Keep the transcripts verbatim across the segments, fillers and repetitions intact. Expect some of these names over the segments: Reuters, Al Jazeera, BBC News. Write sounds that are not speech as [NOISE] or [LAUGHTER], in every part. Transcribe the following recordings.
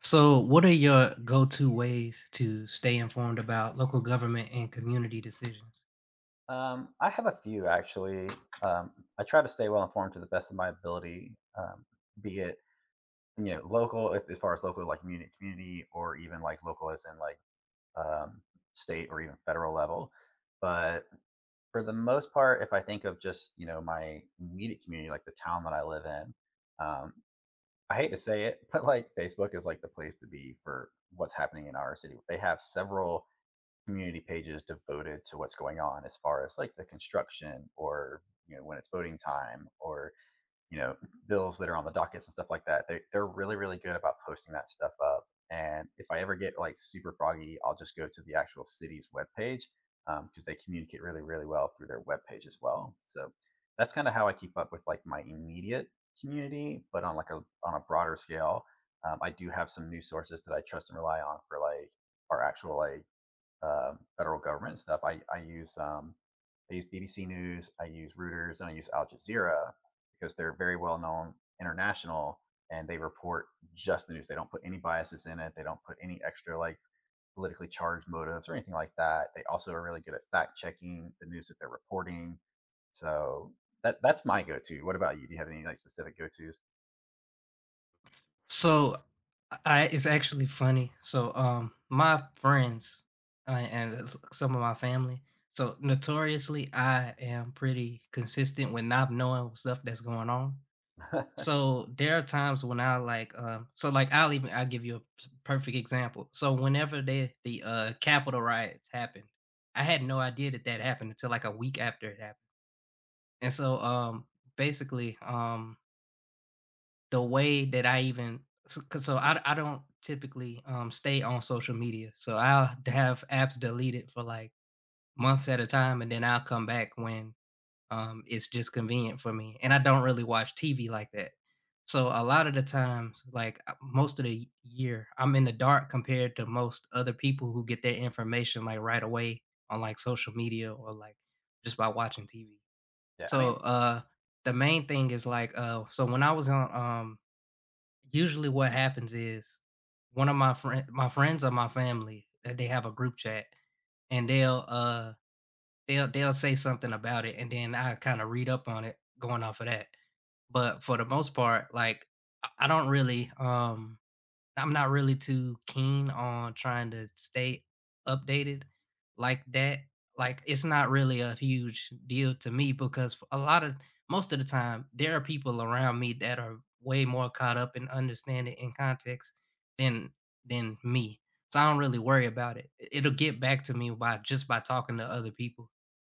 So, what are your go to ways to stay informed about local government and community decisions? Um, I have a few actually. Um, I try to stay well informed to the best of my ability, um, be it you know local if, as far as local like community community or even like local as in like um, state or even federal level. But for the most part, if I think of just you know my immediate community, like the town that I live in, um, I hate to say it, [LAUGHS] but like Facebook is like the place to be for what's happening in our city. They have several community pages devoted to what's going on as far as like the construction or you know when it's voting time or you know bills that are on the dockets and stuff like that they, they're really really good about posting that stuff up. And if I ever get like super froggy, I'll just go to the actual city's webpage, um, because they communicate really really well through their webpage as well. So that's kind of how I keep up with like my immediate community, but on like a on a broader scale, um, I do have some news sources that I trust and rely on for like our actual like um, federal government and stuff. I, I use um, I use B B C News, I use Reuters, and I use Al Jazeera because they're very well known, international, and they report just the news. They don't put any biases in it. They don't put any extra like politically charged motives or anything like that. They also are really good at fact checking the news that they're reporting. So that that's my go-to. What about you? Do you have any like specific go-tos? So, I, it's actually funny. So, um, my friends uh, and some of my family, so notoriously, I am pretty consistent with not knowing stuff that's going on. [LAUGHS] So there are times when I like, um, so like I'll even I'll give you a p- perfect example. So whenever they the uh Capitol riots happened, I had no idea that that happened until like a week after it happened. And so, um, basically, um, the way that I even so 'cause so I I don't typically, um, stay on social media, so I'll d have apps deleted for, like, months at a time, and then I'll come back when, um, it's just convenient for me, and I don't really watch T V like that. So, a lot of the times, like, uh, most of the year, I'm in the dark compared to most other people who get their information, like, right away on, like, social media or, like, just by watching T V. Yeah, I So, mean, uh, the main thing is like, uh, so when I was on, um, usually what happens is one of my friend, my friends or my family, that they have a group chat, and they'll, uh, they'll they'll say something about it, and then I kind of read up on it, going off of that. But for the most part, like I I don't really, um, I'm not really too keen on trying to stay updated like that. Like it's not really a huge deal to me because a lot of most of the time there are people around me that are way more caught up in understanding in context than than me. So I don't really worry about it. It'll get back to me by just by talking to other people.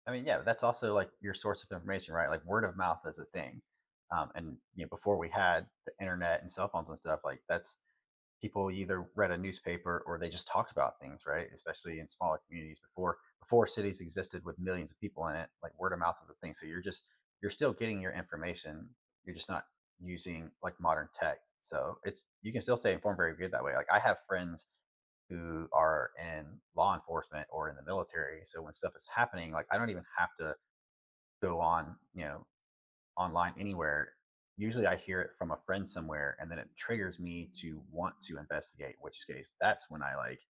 I mean, yeah, that's also like your source of information, right? Like word of mouth is a thing. Um, and you know, before we had the internet and cell phones and stuff, like that's people either read a newspaper or they just talked about things, right? Especially in smaller communities, before before cities existed with millions of people in it, like word of mouth is a thing. So you're just you're still getting your information. You're just not using like modern tech. So it's you can still stay informed very good that way. Like I have friends who are in law enforcement or in the military. So when stuff is happening, like I don't even have to go on, you know, online anywhere, usually I hear it from a friend somewhere and then it triggers me to want to investigate, in which case that's when I like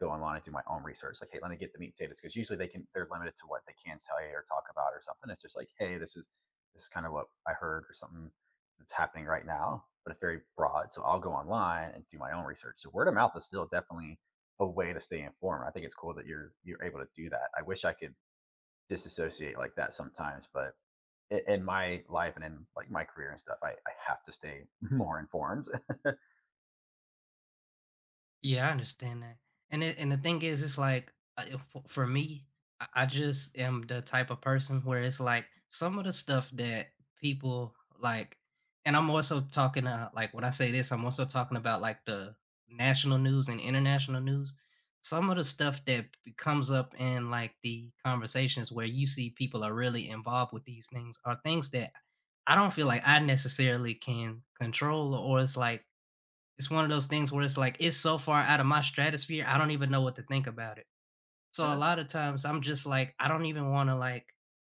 go online and do my own research. Like, hey, let me get the meat and potatoes, because usually they can they're limited to what they can tell you or talk about or something. It's just like, hey, this is this is kind of what I heard or something that's happening right now, but it's very broad. So I'll go online and do my own research. So word of mouth is still definitely a way to stay informed. I think it's cool that you're you're able to do that. I wish I could disassociate like that sometimes, but in my life and in like my career and stuff, I, I have to stay more informed. [LAUGHS] I Yeah, I understand that. And it, and the thing is, it's like uh, if- for, for me, I I just am the type of person where it's like some of the stuff that people like, and I'm also talking uh, like when I say this, I'm also talking about like the national news and international news. Some of the stuff that b- comes up in like the conversations where you see people are really involved with these things are things that I don't feel like I necessarily can control, or it's like it's one of those things where it's like, it's so far out of my stratosphere, I don't even know what to think about it. So mean, a lot that's of times I'm just like, I don't even want to like,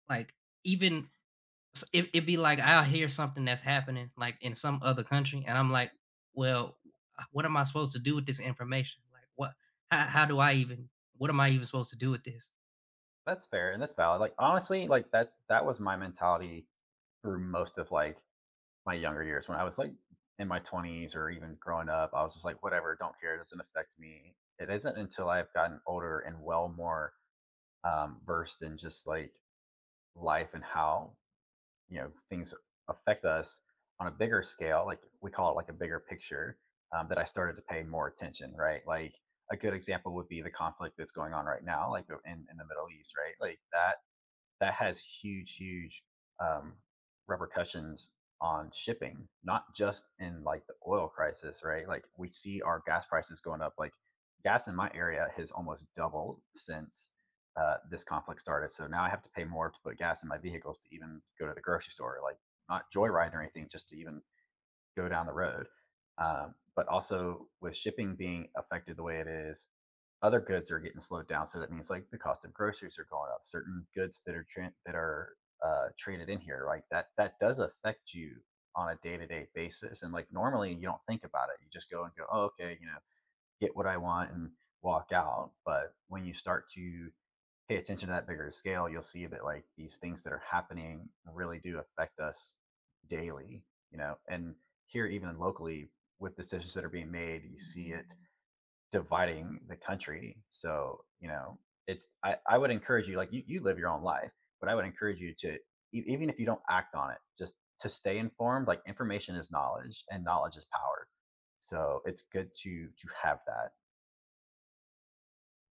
like even s- it, it'd be like I'll hear something that's happening like in some other country, and I'm like, well, uh, what am I supposed to do with this information? Like, what? How, how do I even? What am I even supposed to do with this? that's fair and that's valid. Like honestly, like that that was my mentality through most of like my younger years when I was like in my twenties or even growing up. I was just like, whatever, don't care, it doesn't affect me. It isn't until I've gotten older and well more um, versed in just like life and how you know things affect us on a bigger scale, like we call it like a bigger picture, um, that I started to pay more attention, right? Like a good example would be the conflict that's going on right now, like uh, in, in the Middle East, right? Like that that has huge, huge um, repercussions on shipping, not just in like the oil crisis, right? Like we see our gas prices going up. Like gas in my area has almost doubled since uh, this conflict started. So now I have to pay more to put gas in my vehicles to even go to the grocery store, like not joyride or anything, just to even go down the road. Um, but also with shipping being affected the way it is, other goods are getting slowed down. So that means like the cost of groceries are going up. Certain goods that are tra- that are uh, traded in here, like that that does affect you on a day to day basis. And like normally you don't think about it. You just go and go, oh, okay, you know, get what I want and walk out. But when you start to pay attention to that bigger scale, you'll see that like these things that are happening really do affect us daily. You know, and here even locally with decisions that are being made, you see it dividing the country. So, you know, it's I, I would encourage you, like you, you live your own life, but I would encourage you to e- even if you don't act on it, just to stay informed. Like information is knowledge and knowledge is power. So it's good to to have that.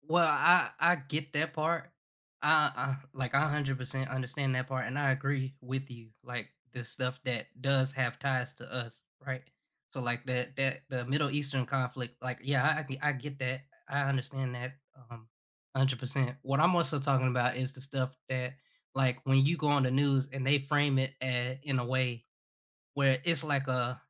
Well, I I get that part. I, I like I one hundred percent understand that part and I agree with you. Like the stuff that does have ties to us, right? So like that that the Middle Eastern conflict, like yeah, I I g- I get that. I understand that um one hundred percent. What I'm also talking about is the stuff that like when you go on the news and they frame it a- in a way where it's like a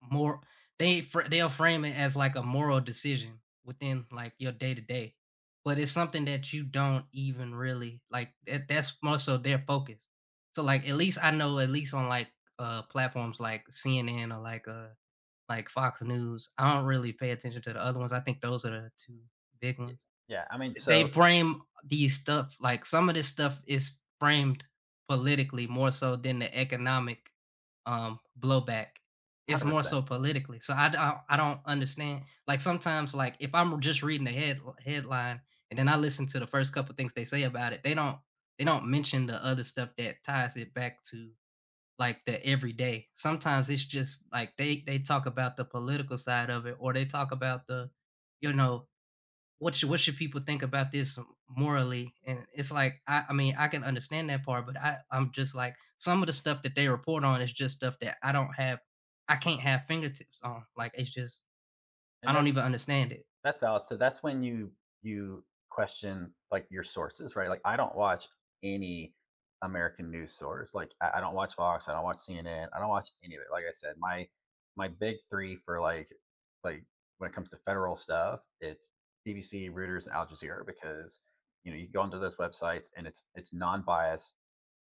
more they fr they'll frame it as like a moral decision within, like, your day to day, but it's something that you don't even really like, that that's more so their focus. So, like, at least I know at least on, like, uh, platforms like C N N or like, uh, like Fox News, I don't really pay attention to the other ones. I think those are the two big Y- ones. Yeah. I mean, so They one frame these stuff like some of this stuff is framed politically more so than the economic um blowback. It's hundred more so percent. politically, so i don't i don't understand. Like sometimes, like if I'm just reading the head headline and then I listen to the first couple things they say about it, they don't they don't mention the other stuff that ties it back to like the everyday. Sometimes it's just like they they talk about the political side of it, or they talk about the you know what should, what should people think about this morally? And it's like I, I mean I can understand that part, but I, I'm just like some of the stuff that they report on is just stuff that I don't have, I can't have fingertips on. Like it's just I And don't even that's understand it. That's valid. So that's when you you question, like, your sources, right? Like, I don't watch any American news source. Like, I I don't watch Fox, I don't watch C N N, I don't watch any of it. Like I said, my my big three for, like like, when it comes to federal stuff, it's B B C, Reuters, and Al Jazeera because, you know, you go into those websites and it's it's non-biased,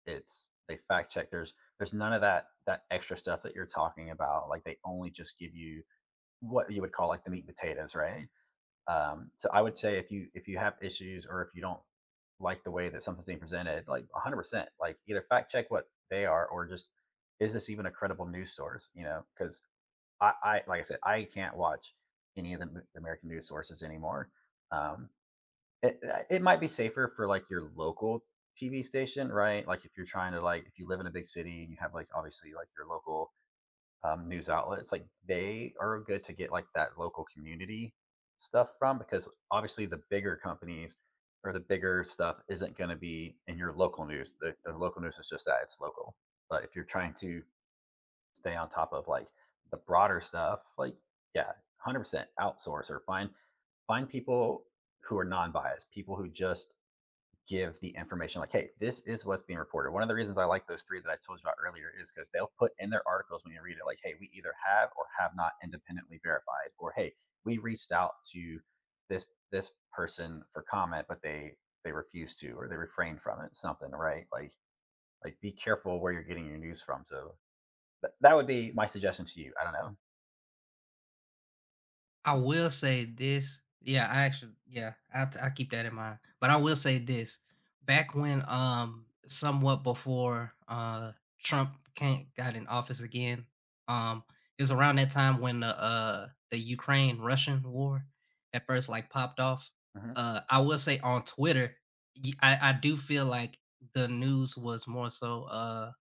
it's they fact check. There's there's none of that that extra stuff that you're talking about. Like, they only just give you what you would call, like, the meat and potatoes, right? Um, so I would say if you if you have issues or if you don't like the way that something's being presented, like one hundred percent, like either fact check what they are or just is this even a credible news source? You know, because I, I like I said, I can't watch any of the American news sources anymore. Um, it uh, it might be safer for like your local T V station, right? Like if you're trying to like if you live in a big city and you have like obviously like your local um, news outlets, like they are good to get like that local community stuff from, because obviously the bigger companies or the bigger stuff isn't going to be in your local news. The, the local news is just that, it's local. But if you're trying to stay on top of like the broader stuff, like yeah, one hundred percent outsource or find find people who are non-biased, people who just give the information like, hey, this is what's being reported. One of the reasons I like those three that I told you about earlier is because they'll put in their articles when you read it, like, hey, we either have or have not independently verified, or hey, we reached out to this this person for comment, but they they refused to or they refrained from it, something, right? Like like be careful where you're getting your news from. So th- that would be my suggestion to you. I don't know. I will say this. Yeah, I actually, yeah, I I keep that in mind. But I will say this: back when, um, somewhat before, uh, Trump can't got in office again, um, it was around that time when the uh the Ukraine Russian war at first like popped off. Hmm. Uh, I will say on Twitter, y- I I do feel like the news was more so uh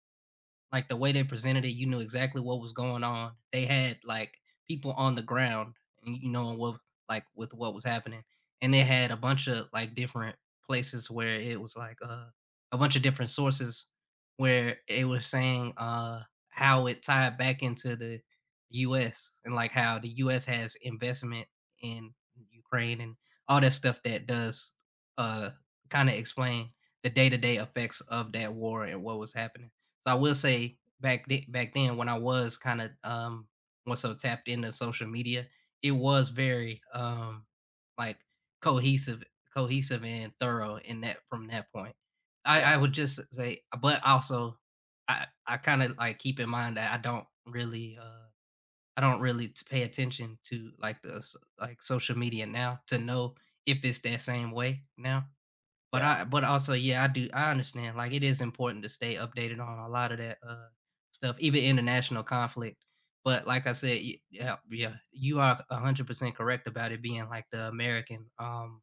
like, the way they presented it, you knew exactly what was going on. They had, like, people on the ground, and you know, what like, with what was happening, and they had a bunch of, like, different places where it was, like, uh, a bunch of different sources where it was saying, uh, how it tied back into the U S and, like, how the U S has investment in Ukraine and all that stuff that does, uh, kinda explain the day-to-day effects of that war and what was happening. So I will say back the back then when I was kind of um more so tapped into social media, it was very um like cohesive cohesive and thorough in that from that point. I, I Yeah. would just say, but also I I kind of like keep in mind that I don't really uh I don't really t- pay attention to like the s- like social media now to know if it's that same way now. But I, Yeah. but also, yeah, I do, I understand, like, it is important to stay updated on a lot of that, uh, stuff, even international conflict. But like I said, y yeah yeah, you are one hundred percent correct about it being, like, the American, um,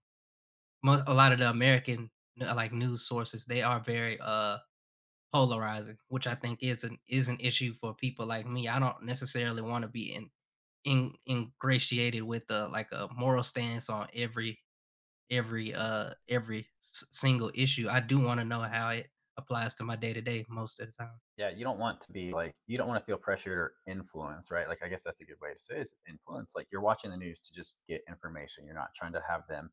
mo a lot of the American, uh, like, news sources, they are very, uh, polarizing, which I think is an is an issue for people like me. I don't necessarily wanna be in in ingratiated with, uh, like, a moral stance on every every uh every s- single issue. I do want to know how it applies to my day to day most of the time. Yeah, you don't want to be like you don't want to feel pressured or influenced, right? Like I guess that's a good way to say it, is influence. Like you're watching the news to just get information. You're not trying to have them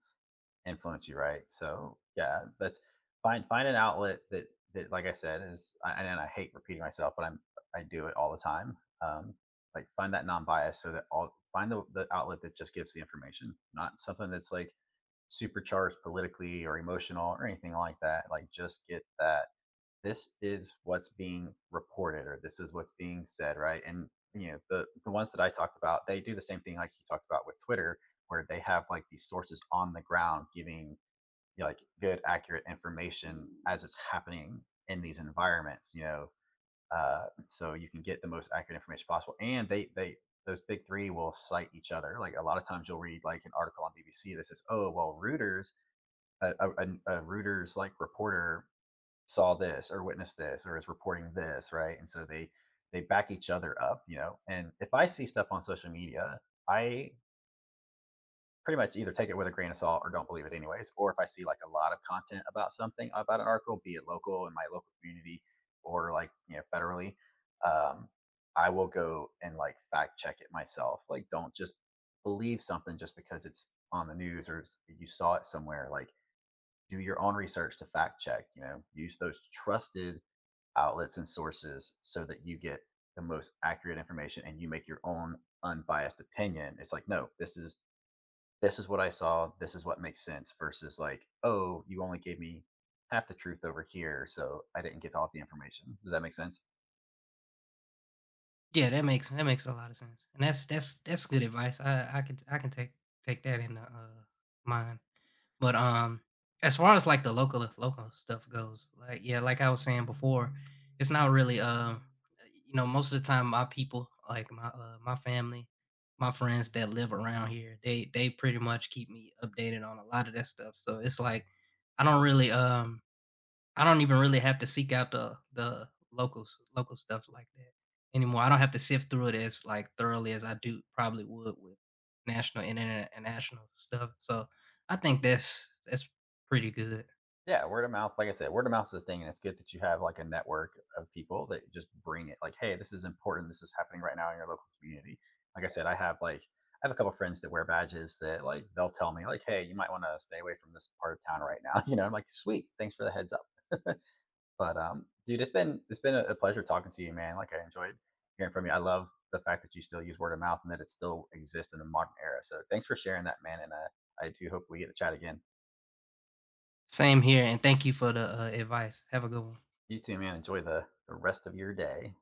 influence you, right? So yeah, that's find find an outlet that that like I said is I- and I hate repeating myself, but I'm I do it all the time. Um, like find that non-bias so that all find the, the outlet that just gives the information, not something that's like supercharged politically or emotional or anything like that. Like just get that this is what's being reported or this is what's being said, right? And you know the the ones that I talked about, they do the same thing, like you talked about with Twitter, where they have like these sources on the ground giving you know, like good accurate information as it's happening in these environments, you know. Uh, so you can get the most accurate information possible, and they they those big three will cite each other. Like a lot of times you'll read like an article on BBC that says oh well Reuters a, a, a a Reuters like reporter saw this or witnessed this or is reporting this, right? And so they they back each other up, you know. And if I see stuff on social media, I pretty much either take it with a grain of salt or don't believe it anyways. Or if I see like a lot of content about something about an article, be it local in my local community or like you know federally, um, I will go and like fact check it myself. Like, don't just believe something just because it's on the news or it's- you saw it somewhere. Like, do your own research to fact check. You know, use those trusted outlets and sources so that you get the most accurate information and you make your own unbiased opinion. It's like no, this is this is what I saw, this is what makes sense, versus like oh you only gave me half the truth over here, so I didn't get all the information. Does that make sense? Yeah, that makes that makes a lot of sense, and that's that's that's good advice. I I can, I can take take that into uh, mind. But, um, as far as, like, the local local stuff goes, like, yeah, like I was saying before, it's not really, um, you know, most of the time my people, like, my, uh, my family, my friends that live around here, they they pretty much keep me updated on a lot of that stuff, so it's like, I don't really, um I don't even really have to seek out the the locals local stuff like that anymore. I don't have to sift through it as, like, thoroughly as I do probably would with national and international stuff, so I think that's that's pretty good. Yeah, word of mouth, like I said, word of mouth is a thing, and it's good that you have like a network of people that just bring it. Like, hey, this is important. This is happening right now in your local community. Like I said, I have like I have a couple of friends that wear badges that like they'll tell me like, hey, you might want to stay away from this part of town right now. [LAUGHS] You know, I'm like, sweet, thanks for the heads up. But um, dude, it's been it's been a a pleasure talking to you, man. Like I enjoyed hearing from you. I love the fact that you still use word of mouth and that it still exists in the modern era. So thanks for sharing that, man. And uh, I do hope we get to chat again. Same here, and thank you for the, uh, advice. Have a good one. You too, man. Enjoy the the rest of your day.